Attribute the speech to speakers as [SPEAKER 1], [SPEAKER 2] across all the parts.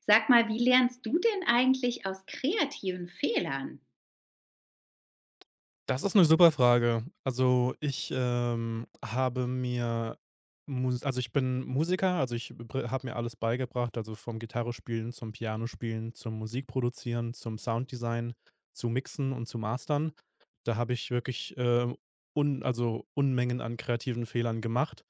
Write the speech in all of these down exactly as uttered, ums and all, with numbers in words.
[SPEAKER 1] Sag mal, wie lernst du denn eigentlich aus kreativen Fehlern?
[SPEAKER 2] Das ist eine super Frage. Also, ich, ähm, habe mir Mus also, ich bin Musiker, also, ich habe mir alles beigebracht, also, vom Gitarrespielen zum Pianospielen, zum Musikproduzieren, zum Sounddesign, zu Mixen und zu Mastern. Da habe ich wirklich, äh, un also, Unmengen an kreativen Fehlern gemacht.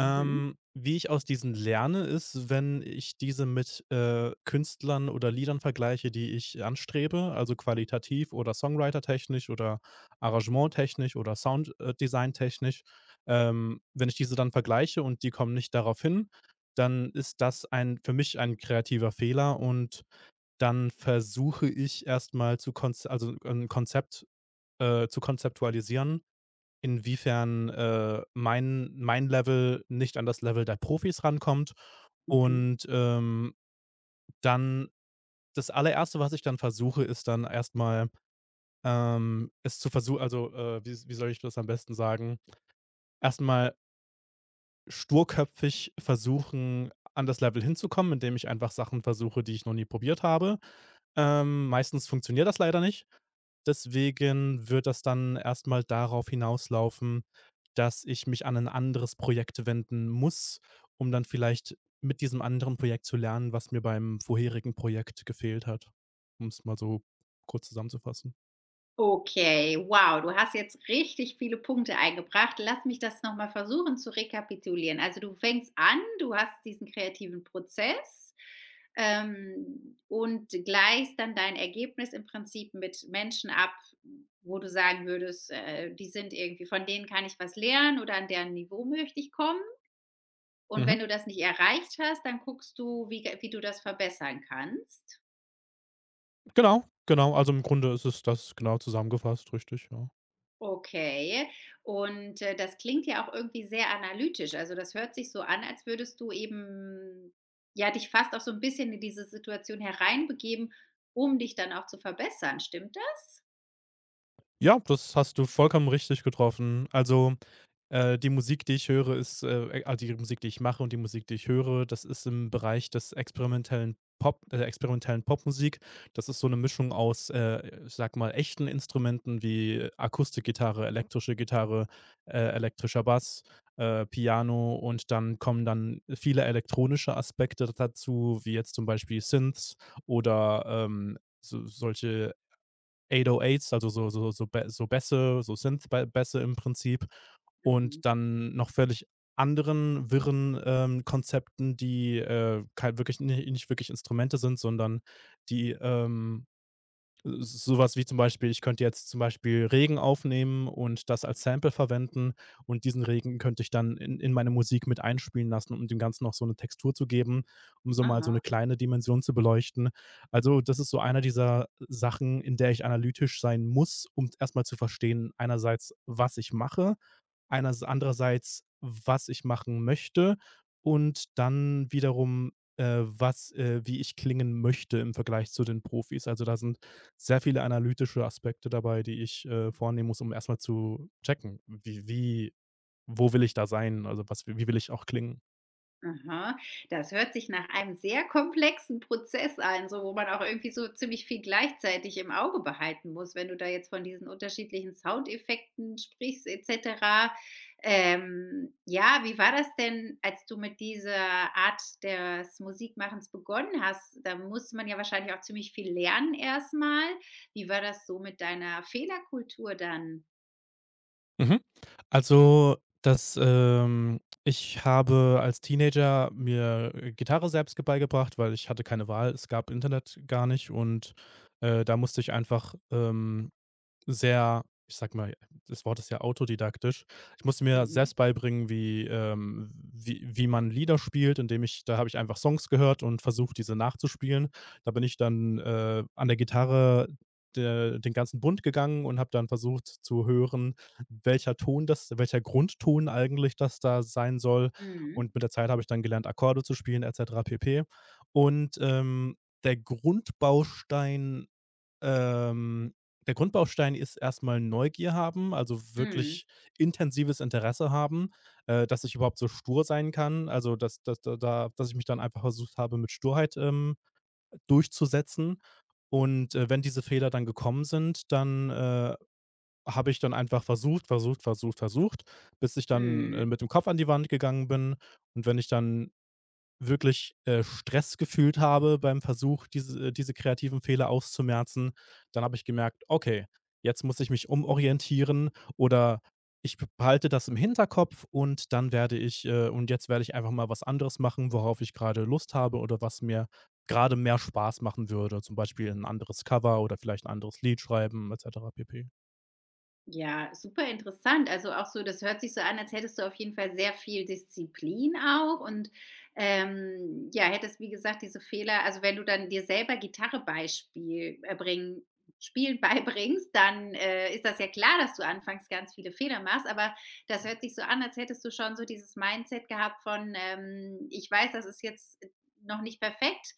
[SPEAKER 1] Mhm,
[SPEAKER 2] wie ich aus diesen lerne, ist, wenn ich diese mit, äh, Künstlern oder Liedern vergleiche, die ich anstrebe, also, qualitativ oder songwritertechnisch oder arrangementtechnisch oder Sounddesigntechnisch. Ähm, wenn ich diese dann vergleiche und die kommen nicht darauf hin, dann ist das ein für mich ein kreativer Fehler und dann versuche ich erstmal zu konz also, ein Konzept, äh, zu konzeptualisieren, inwiefern, äh, mein mein Level nicht an das Level der Profis rankommt.
[SPEAKER 1] mhm.
[SPEAKER 2] Und, ähm, dann das Allererste, was ich dann versuche, ist dann erstmal ähm, es zu versu also, äh, wie wie soll ich das am besten sagen? Erstmal sturköpfig versuchen, an das Level hinzukommen, indem ich einfach Sachen versuche, die ich noch nie probiert habe. Ähm, meistens funktioniert das leider nicht. Deswegen wird das dann erstmal darauf hinauslaufen, dass ich mich an ein anderes Projekt wenden muss, um dann vielleicht mit diesem anderen Projekt zu lernen, was mir beim vorherigen Projekt gefehlt hat, um es mal so kurz zusammenzufassen.
[SPEAKER 1] Okay, wow, du hast jetzt richtig viele Punkte eingebracht. Lass mich das noch mal versuchen zu rekapitulieren. Also, du fängst an, du hast diesen kreativen Prozess, ähm, und gleichst dann dein Ergebnis im Prinzip mit Menschen ab, wo du sagen würdest, äh, die sind irgendwie von denen kann ich was lernen oder an deren Niveau möchte ich kommen. Und
[SPEAKER 2] Mhm.
[SPEAKER 1] wenn du das nicht erreicht hast, dann guckst du, wie wie du das verbessern kannst.
[SPEAKER 2] Genau, genau. Also, im Grunde ist es das genau zusammengefasst, richtig, ja.
[SPEAKER 1] Okay. Und, äh, das klingt ja auch irgendwie sehr analytisch. Also, das hört sich so an, als würdest du eben, ja, dich fast auch so ein bisschen in diese Situation hereinbegeben, um dich dann auch zu verbessern. Stimmt das?
[SPEAKER 2] Ja, das hast du vollkommen richtig getroffen. Also, äh, die Musik, die ich höre, ist äh, äh, also, die Musik, die ich mache und die Musik, die ich höre, das ist im Bereich des experimentellen Pop der experimentellen Popmusik. Das ist so eine Mischung aus, äh, ich sage mal, echten Instrumenten wie Akustikgitarre, elektrische Gitarre, äh, elektrischer Bass, äh, Piano, und dann kommen dann viele elektronische Aspekte dazu, wie jetzt zum Beispiel Synths oder, ähm, so solche achthundertacht s, also so so so Bä so Bässe, so synth Bässe im Prinzip, und
[SPEAKER 1] Mhm.
[SPEAKER 2] dann noch völlig anderen wirren, ähm, Konzepten, die, äh, kei wirklich ni nicht wirklich Instrumente sind, sondern die, ähm sowas wie zum Beispiel, ich könnte jetzt zum Beispiel Regen aufnehmen und das als Sample verwenden und diesen Regen könnte ich dann in in meine Musik mit einspielen lassen, um dem Ganzen noch so eine Textur zu geben, um so mal so
[SPEAKER 1] Aha.
[SPEAKER 2] eine kleine Dimension zu beleuchten. Also, das ist so einer dieser Sachen, in der ich analytisch sein muss, um erstmal zu verstehen einerseits, was ich mache einerseits, andererseits, was ich machen möchte, und dann wiederum, äh, was äh, wie ich klingen möchte im Vergleich zu den Profis. Also, da sind sehr viele analytische Aspekte dabei, die ich, äh, vornehmen muss, um erstmal zu checken, wie wie wo will ich da sein? Also, was wie will ich auch klingen?
[SPEAKER 1] Aha, das hört sich nach einem sehr komplexen Prozess an, so wo man auch irgendwie so ziemlich viel gleichzeitig im Auge behalten muss, wenn du da jetzt von diesen unterschiedlichen Soundeffekten sprichst et cetera. Ähm, ja, wie war das denn, als du mit dieser Art des Musikmachens begonnen hast? Da muss man ja wahrscheinlich auch ziemlich viel lernen erstmal. Wie war das so mit deiner Fehlerkultur dann?
[SPEAKER 2] Mhm. Also, das, ähm ich habe als Teenager mir äh, Gitarre selbst ge beigebracht, weil ich hatte keine Wahl. Es gab Internet gar nicht, und, äh, da musste ich einfach, ähm sehr, ich sag mal, das Wort ist ja autodidaktisch. Ich musste mir
[SPEAKER 1] Mhm.
[SPEAKER 2] selbst beibringen, wie ähm, wie wie man Lieder spielt, indem ich da habe ich einfach Songs gehört und versucht, diese nachzuspielen. Da bin ich dann, äh, an der Gitarre de den ganzen Bund gegangen und habe dann versucht zu hören, welcher Ton das welcher Grundton eigentlich das da sein soll.
[SPEAKER 1] Mhm.
[SPEAKER 2] Und mit der Zeit habe ich dann gelernt, Akkorde zu spielen et cetera pp. Und, ähm, der Grundbaustein ähm, der Grundbaustein ist erst mal Neugier haben, also
[SPEAKER 1] Mhm.
[SPEAKER 2] wirklich intensives Interesse haben, äh, dass ich überhaupt so stur sein kann. Also, dass dass da da dass ich mich dann einfach versucht habe, mit Sturheit, ähm, durchzusetzen. Und, äh, wenn diese Fehler dann gekommen sind, dann, äh, habe ich dann einfach versucht, versucht, versucht, versucht, bis ich dann,
[SPEAKER 1] Mhm.
[SPEAKER 2] äh, mit dem Kopf an die Wand gegangen bin. Und wenn ich dann wirklich, äh, Stress gefühlt habe beim Versuch, diese äh, diese kreativen Fehler auszumerzen. Dann habe ich gemerkt: „Okay, jetzt muss ich mich umorientieren oder ich behalte das im Hinterkopf und dann werde ich äh, und jetzt werde ich einfach mal was anderes machen, worauf ich gerade Lust habe oder was mir gerade mehr Spaß machen würde.“ Zum Beispiel ein anderes Cover oder vielleicht ein anderes Lied schreiben et cetera pp.
[SPEAKER 1] Ja, super interessant. Also auch so, das hört sich so an, als hättest du auf jeden Fall sehr viel Disziplin auch und, ähm, ja, hättest, wie gesagt, diese Fehler also wenn du dann dir selber Gitarre Beispiel äh, bringen Spielen beibringst, dann, äh, ist das ja klar, dass du anfangs ganz viele Fehler machst, aber das hört sich so an, als hättest du schon so dieses Mindset gehabt von, ähm: „Ich weiß, das ist jetzt, äh, noch nicht perfekt,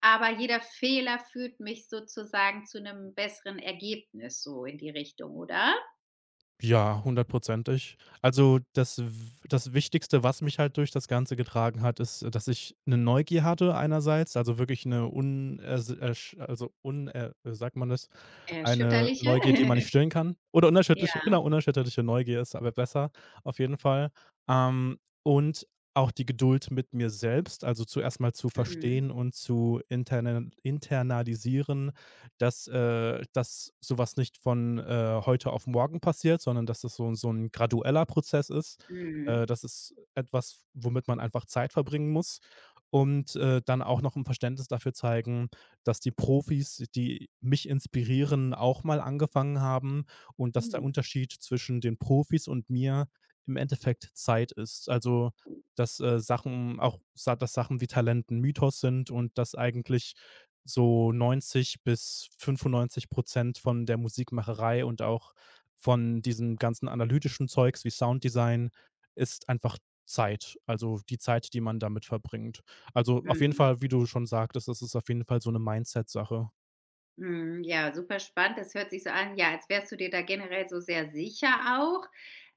[SPEAKER 1] aber jeder Fehler führt mich sozusagen zu einem besseren Ergebnis“, so in die Richtung, oder?
[SPEAKER 2] Ja, hundertprozentig. Also, das W das Wichtigste, was mich halt durch das Ganze getragen hat, ist, äh, dass ich eine Neugier hatte einerseits, also wirklich eine un äh, s äh, sch also un äh, äh, sagt man das? Eine
[SPEAKER 1] Erschütterliche?
[SPEAKER 2] Neugier, die man nicht stillen kann, oder unerschütterliche
[SPEAKER 1] Ja.
[SPEAKER 2] genau, unerschütterliche Neugier ist aber besser, auf jeden Fall. Ähm, und auch die Geduld mit mir selbst, also zuerst mal zu
[SPEAKER 1] Mhm.
[SPEAKER 2] verstehen und zu internal internalisieren, dass, äh dass so was nicht von, äh, heute auf morgen passiert, sondern dass das so 'n so 'n gradueller Prozess ist.
[SPEAKER 1] Mhm.
[SPEAKER 2] Äh, das ist etwas, womit man einfach Zeit verbringen muss und, äh, dann auch noch 'n Verständnis dafür zeigen, dass die Profis, die mich inspirieren, auch mal angefangen haben und dass der
[SPEAKER 1] Mhm.
[SPEAKER 2] Unterschied zwischen den Profis und mir im Endeffekt Zeit ist. Also, dass, äh, Sachen auch sa dass Sachen wie Talent 'n Mythos sind und dass eigentlich so neunzig bis fünfundneunzig von der Musikmacherei und auch von diesem ganzen analytischen Zeugs wie Sounddesign ist einfach Zeit also die Zeit, die man damit verbringt. Also, auf jeden
[SPEAKER 1] Mhm.
[SPEAKER 2] Fall, wie du schon sagtest, das ist auf jeden Fall so eine Mindset-Sache.
[SPEAKER 1] Mhm, ja, super spannend. Das hört sich so an, ja, als wärst du dir da generell so sehr sicher auch.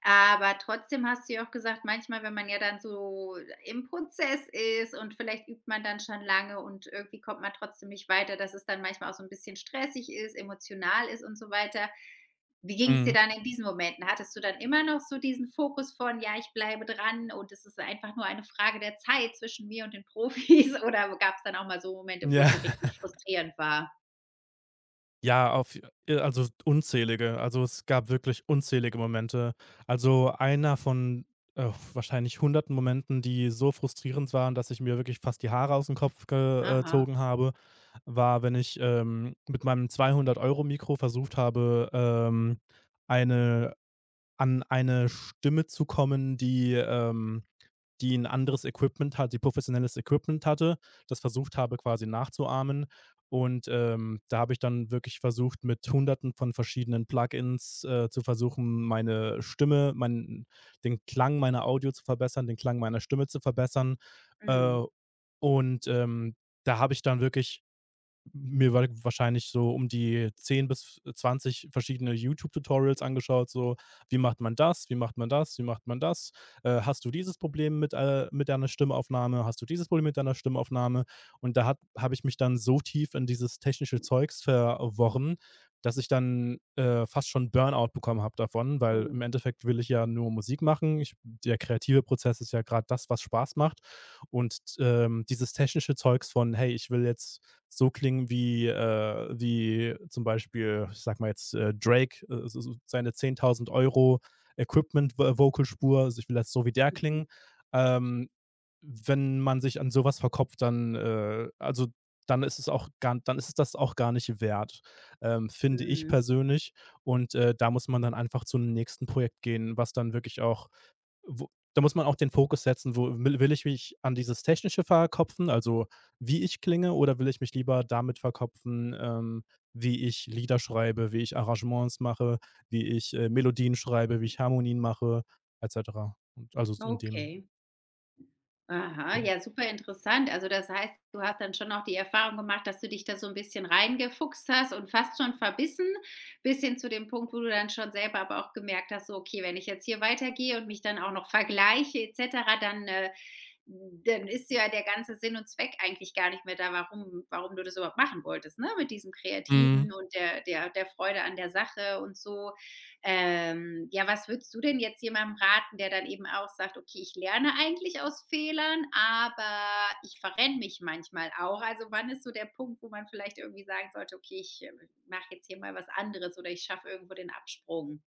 [SPEAKER 1] Aber trotzdem hast du ja auch gesagt, manchmal, wenn man ja dann so im Prozess ist und vielleicht übt man dann schon lange und irgendwie kommt man trotzdem nicht weiter, dass es dann manchmal auch so ein bisschen stressig ist, emotional ist und so weiter. Wie ging es dir
[SPEAKER 2] Mhm.
[SPEAKER 1] dann in diesen Momenten? Hattest du dann immer noch so diesen Fokus von: „Ja, ich bleibe dran und es ist einfach nur eine Frage der Zeit zwischen mir und den Profis“, oder gab es dann auch mal so Momente, wo
[SPEAKER 2] Ja.
[SPEAKER 1] es so richtig frustrierend war?
[SPEAKER 2] Ja, auf äh, also unzählige. Also, es gab wirklich unzählige Momente. Also, einer von, äh, wahrscheinlich hunderten Momenten, die so frustrierend waren, dass ich mir wirklich fast die Haare aus dem Kopf
[SPEAKER 1] Aha.
[SPEAKER 2] gezogen habe, war, wenn ich, ähm, mit meinem zweihundert Euro Mikro versucht habe, ähm, eine an eine Stimme zu kommen, die, ähm die ein anderes Equipment hat, die professionelles Equipment hatte, das versucht habe, quasi nachzuahmen. Und, ähm, da habe ich dann wirklich versucht, mit Hunderten von verschiedenen Plugins, äh, zu versuchen, meine Stimme, meinen den Klang meiner Audio zu verbessern, den Klang meiner Stimme zu verbessern. Äh,
[SPEAKER 1] Mhm.
[SPEAKER 2] und, ähm, da habe ich dann wirklich mir war wahrscheinlich so um die zehn bis zwanzig verschiedene YouTube-Tutorials angeschaut, so: „Wie macht man das? Wie macht man das? Wie macht man das? Äh, hast du dieses Problem mit, äh mit deiner Stimmaufnahme? Hast du dieses Problem mit deiner Stimmaufnahme?“ Und da hat habe ich mich dann so tief in dieses technische Zeugs verworren, dass ich dann, äh, fast schon Burnout bekommen habe davon, weil
[SPEAKER 1] Oh,
[SPEAKER 2] im Endeffekt will ich ja nur Musik machen. Ich Der kreative Prozess ist ja gerade das, was Spaß macht. Und, ähm, dieses technische Zeugs von: „Hey, ich will jetzt so klingen wie, äh, wie zum Beispiel, ich sag mal jetzt, äh, Drake, äh, s s seine zehntausend Euro Equipment Vo Vocalspur. Also, ich will jetzt so wie der klingen.
[SPEAKER 1] mhm,
[SPEAKER 2] Ähm, wenn man sich an sowas verkopft, dann, äh also, dann ist es auch gar dann ist es das auch gar nicht wert, ähm, finde ich
[SPEAKER 1] mhm.
[SPEAKER 2] persönlich. Und, äh, da muss man dann einfach zu einem nächsten Projekt gehen, was dann wirklich auch wo da muss man auch den Fokus setzen, wo will will ich mich an dieses Technische verkopfen, also, wie ich klinge, oder will ich mich lieber damit verkopfen, ähm, wie ich Lieder schreibe, wie ich Arrangements mache, wie ich, äh, Melodien schreibe, wie ich Harmonien mache et cetera. Und also, so in dem
[SPEAKER 1] Okay. Aha,
[SPEAKER 2] ja.
[SPEAKER 1] ja, super interessant. Also, das heißt, du hast dann schon auch die Erfahrung gemacht, dass du dich da so ein bisschen reingefuchst hast und fast schon verbissen, bis hin zu dem Punkt, wo du dann schon selber aber auch gemerkt hast, so: „Okay, wenn ich jetzt hier weitergehe und mich dann auch noch vergleiche et cetera, dann, äh dann ist ja der ganze Sinn und Zweck eigentlich gar nicht mehr da, warum warum du das überhaupt machen wolltest“, ne? Mit diesem
[SPEAKER 2] Mhm.
[SPEAKER 1] Kreativen und der der der Freude an der Sache und so. Ähm, ja, was würdest du denn jetzt jemandem raten, der dann eben auch sagt: „Okay, ich lerne eigentlich aus Fehlern, aber ich verrenne mich manchmal auch.“ Also, wann ist so der Punkt, wo man vielleicht irgendwie sagen sollte: „Okay, ich, äh, mache jetzt hier mal was anderes oder ich schaffe irgendwo den Absprung?“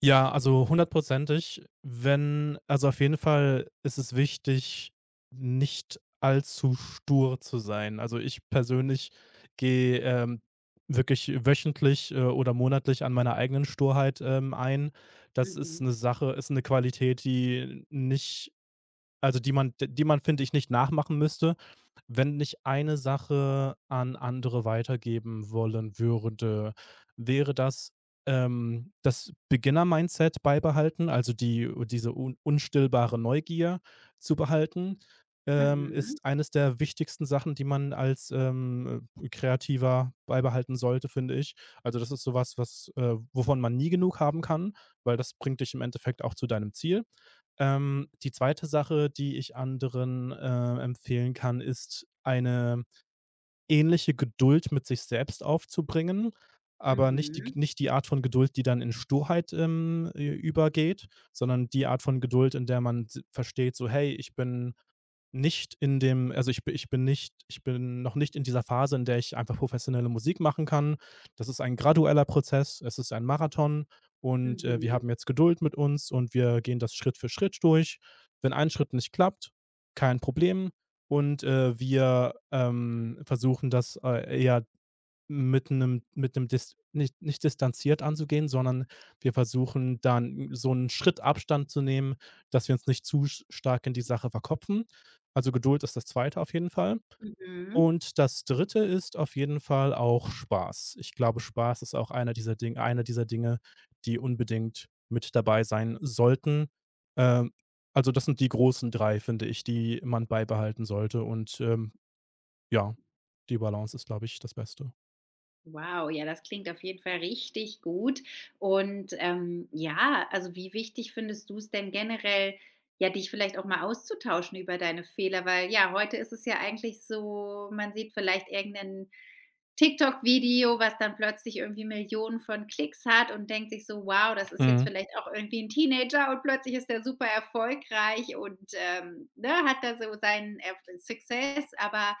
[SPEAKER 2] Ja, also hundertprozentig. Wenn also Auf jeden Fall ist es wichtig, nicht allzu stur zu sein. Also, ich persönlich gehe, ähm, wirklich wöchentlich, äh, oder monatlich an meiner eigenen Sturheit, ähm, ein. Das ist
[SPEAKER 1] Mhm.
[SPEAKER 2] eine Sache ist eine Qualität, die nicht also, die man, die man, finde ich, nicht nachmachen müsste. Wenn ich eine Sache an andere weitergeben wollen würde, wäre das, ähm, das Beginner-Mindset beibehalten, also die diese un unstillbare Neugier zu behalten. Ähm,
[SPEAKER 1] Mhm.
[SPEAKER 2] ist eines der wichtigsten Sachen, die man als, ähm, äh, Kreativer beibehalten sollte, finde ich. Also, das ist sowas, was, was äh, wovon man nie genug haben kann, weil das bringt dich im Endeffekt auch zu deinem Ziel. Ähm, die zweite Sache, die ich anderen, äh, empfehlen kann, ist eine ähnliche Geduld mit sich selbst aufzubringen, aber nicht die
[SPEAKER 1] Mhm.
[SPEAKER 2] nicht die Art von Geduld, die dann in Sturheit, ähm, ü übergeht, sondern die Art von Geduld, in der man s versteht, so: „Hey, ich bin nicht in dem also, ich bin ich bin nicht ich bin noch nicht in dieser Phase, in der ich einfach professionelle Musik machen kann. Das ist ein gradueller Prozess, es ist ein Marathon, und, äh, wir
[SPEAKER 1] Mhm.
[SPEAKER 2] haben jetzt Geduld mit uns und wir gehen das Schritt für Schritt durch. Wenn ein Schritt nicht klappt, kein Problem. Und, äh, wir, ähm, versuchen das, äh, eher mit einem mit einem dis nicht nicht distanziert anzugehen, sondern wir versuchen dann so einen Schritt Abstand zu nehmen, dass wir uns nicht zu stark in die Sache verkopfen. Also, Geduld ist das Zweite, auf jeden Fall.
[SPEAKER 1] Mhm. Mhm.
[SPEAKER 2] Und das Dritte ist auf jeden Fall auch Spaß. Ich glaube, Spaß ist auch einer dieser Dinge, einer dieser Dinge, die unbedingt mit dabei sein sollten. Ähm, also, das sind die großen drei, finde ich, die man beibehalten sollte und, ähm, ja, die Balance ist, glaube ich, das Beste.
[SPEAKER 1] Wow, ja, das klingt auf jeden Fall richtig gut. Und ähm, ja, also wie wichtig findest du es denn generell, ja, dich vielleicht auch mal auszutauschen über deine Fehler? Weil ja, heute ist es ja eigentlich so, man sieht vielleicht irgendeinen TikTok-Video, was dann plötzlich irgendwie Millionen von Klicks hat und denkt sich so, wow, das ist jetzt
[SPEAKER 2] Mhm.
[SPEAKER 1] vielleicht auch irgendwie ein Teenager und plötzlich ist der super erfolgreich und ähm, ne, hat da so seinen Erf- Success, aber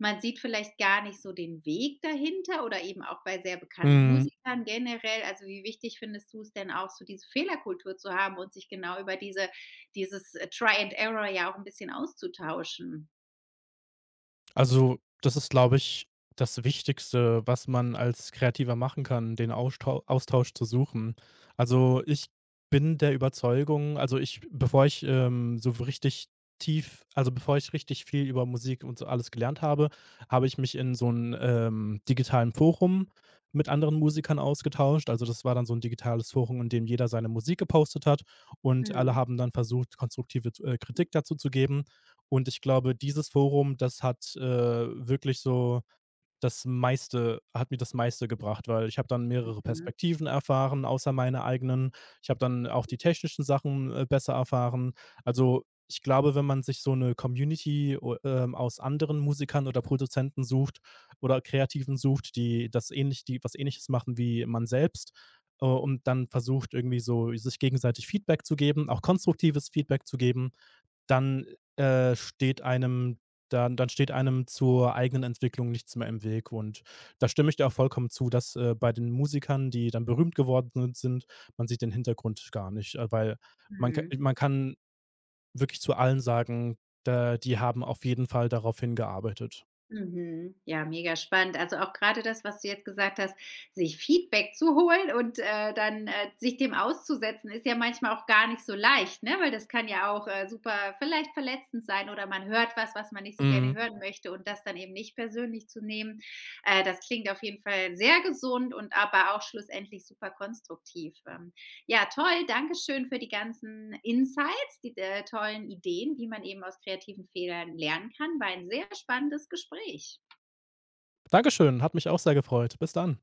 [SPEAKER 1] man sieht vielleicht gar nicht so den Weg dahinter oder eben auch bei sehr bekannten
[SPEAKER 2] Mhm.
[SPEAKER 1] Musikern generell. Also, wie wichtig findest du es denn auch, so diese Fehlerkultur zu haben und sich genau über diese dieses, äh, Try and Error ja auch 'n bisschen auszutauschen?
[SPEAKER 2] Also, das ist, glaube ich, das Wichtigste, was man als Kreativer machen kann, den Austau Austausch zu suchen. Also, ich bin der Überzeugung also, ich bevor ich, ähm, so richtig tief also, bevor ich richtig viel über Musik und so alles gelernt habe, habe ich mich in so 'n, ähm, digitalen Forum mit anderen Musikern ausgetauscht. Also, das war dann so ein digitales Forum, in dem jeder seine Musik gepostet hat und alle
[SPEAKER 1] Mhm,
[SPEAKER 2] haben dann versucht, konstruktive, äh, Kritik dazu zu geben. Und ich glaube, dieses Forum, das hat äh, wirklich so das meiste hat mir das meiste gebracht, weil ich habe dann mehrere
[SPEAKER 1] mhm,
[SPEAKER 2] Perspektiven erfahren, außer meine eigenen. Ich habe dann auch die technischen Sachen, äh, besser erfahren. Also, ich glaube, wenn man sich so eine Community o ähm, aus anderen Musikern oder Produzenten sucht oder Kreativen sucht, die das ähnlich die was Ähnliches machen wie man selbst, äh, und dann versucht, irgendwie so sich gegenseitig Feedback zu geben, auch konstruktives Feedback zu geben, dann, äh, steht einem dann dann steht einem zur eigenen Entwicklung nichts mehr im Weg. Und da stimme ich dir auch vollkommen zu, dass, äh, bei den Musikern, die dann berühmt geworden sind, man sieht den Hintergrund gar nicht, äh, weil man ka
[SPEAKER 1] mhm.
[SPEAKER 2] man kann wirklich zu allen sagen, da die haben auf jeden Fall darauf hingearbeitet.
[SPEAKER 1] Mhm. Ja, mega spannend. Also auch gerade das, was du jetzt gesagt hast, sich Feedback zu holen und, äh, dann, äh, sich dem auszusetzen, ist ja manchmal auch gar nicht so leicht, ne? Weil das kann ja auch, äh, super vielleicht verletzend sein oder man hört was, was man nicht so gerne
[SPEAKER 2] Mhm.
[SPEAKER 1] hören möchte und das dann eben nicht persönlich zu nehmen. Äh, das klingt auf jeden Fall sehr gesund und aber auch schlussendlich super konstruktiv. Ähm. Ja, toll. Dankeschön für die ganzen Insights, die äh, tollen Ideen, wie man eben aus kreativen Fehlern lernen kann. War ein sehr spannendes Gespräch.
[SPEAKER 2] Dankeschön, hat mich auch sehr gefreut. Bis dann.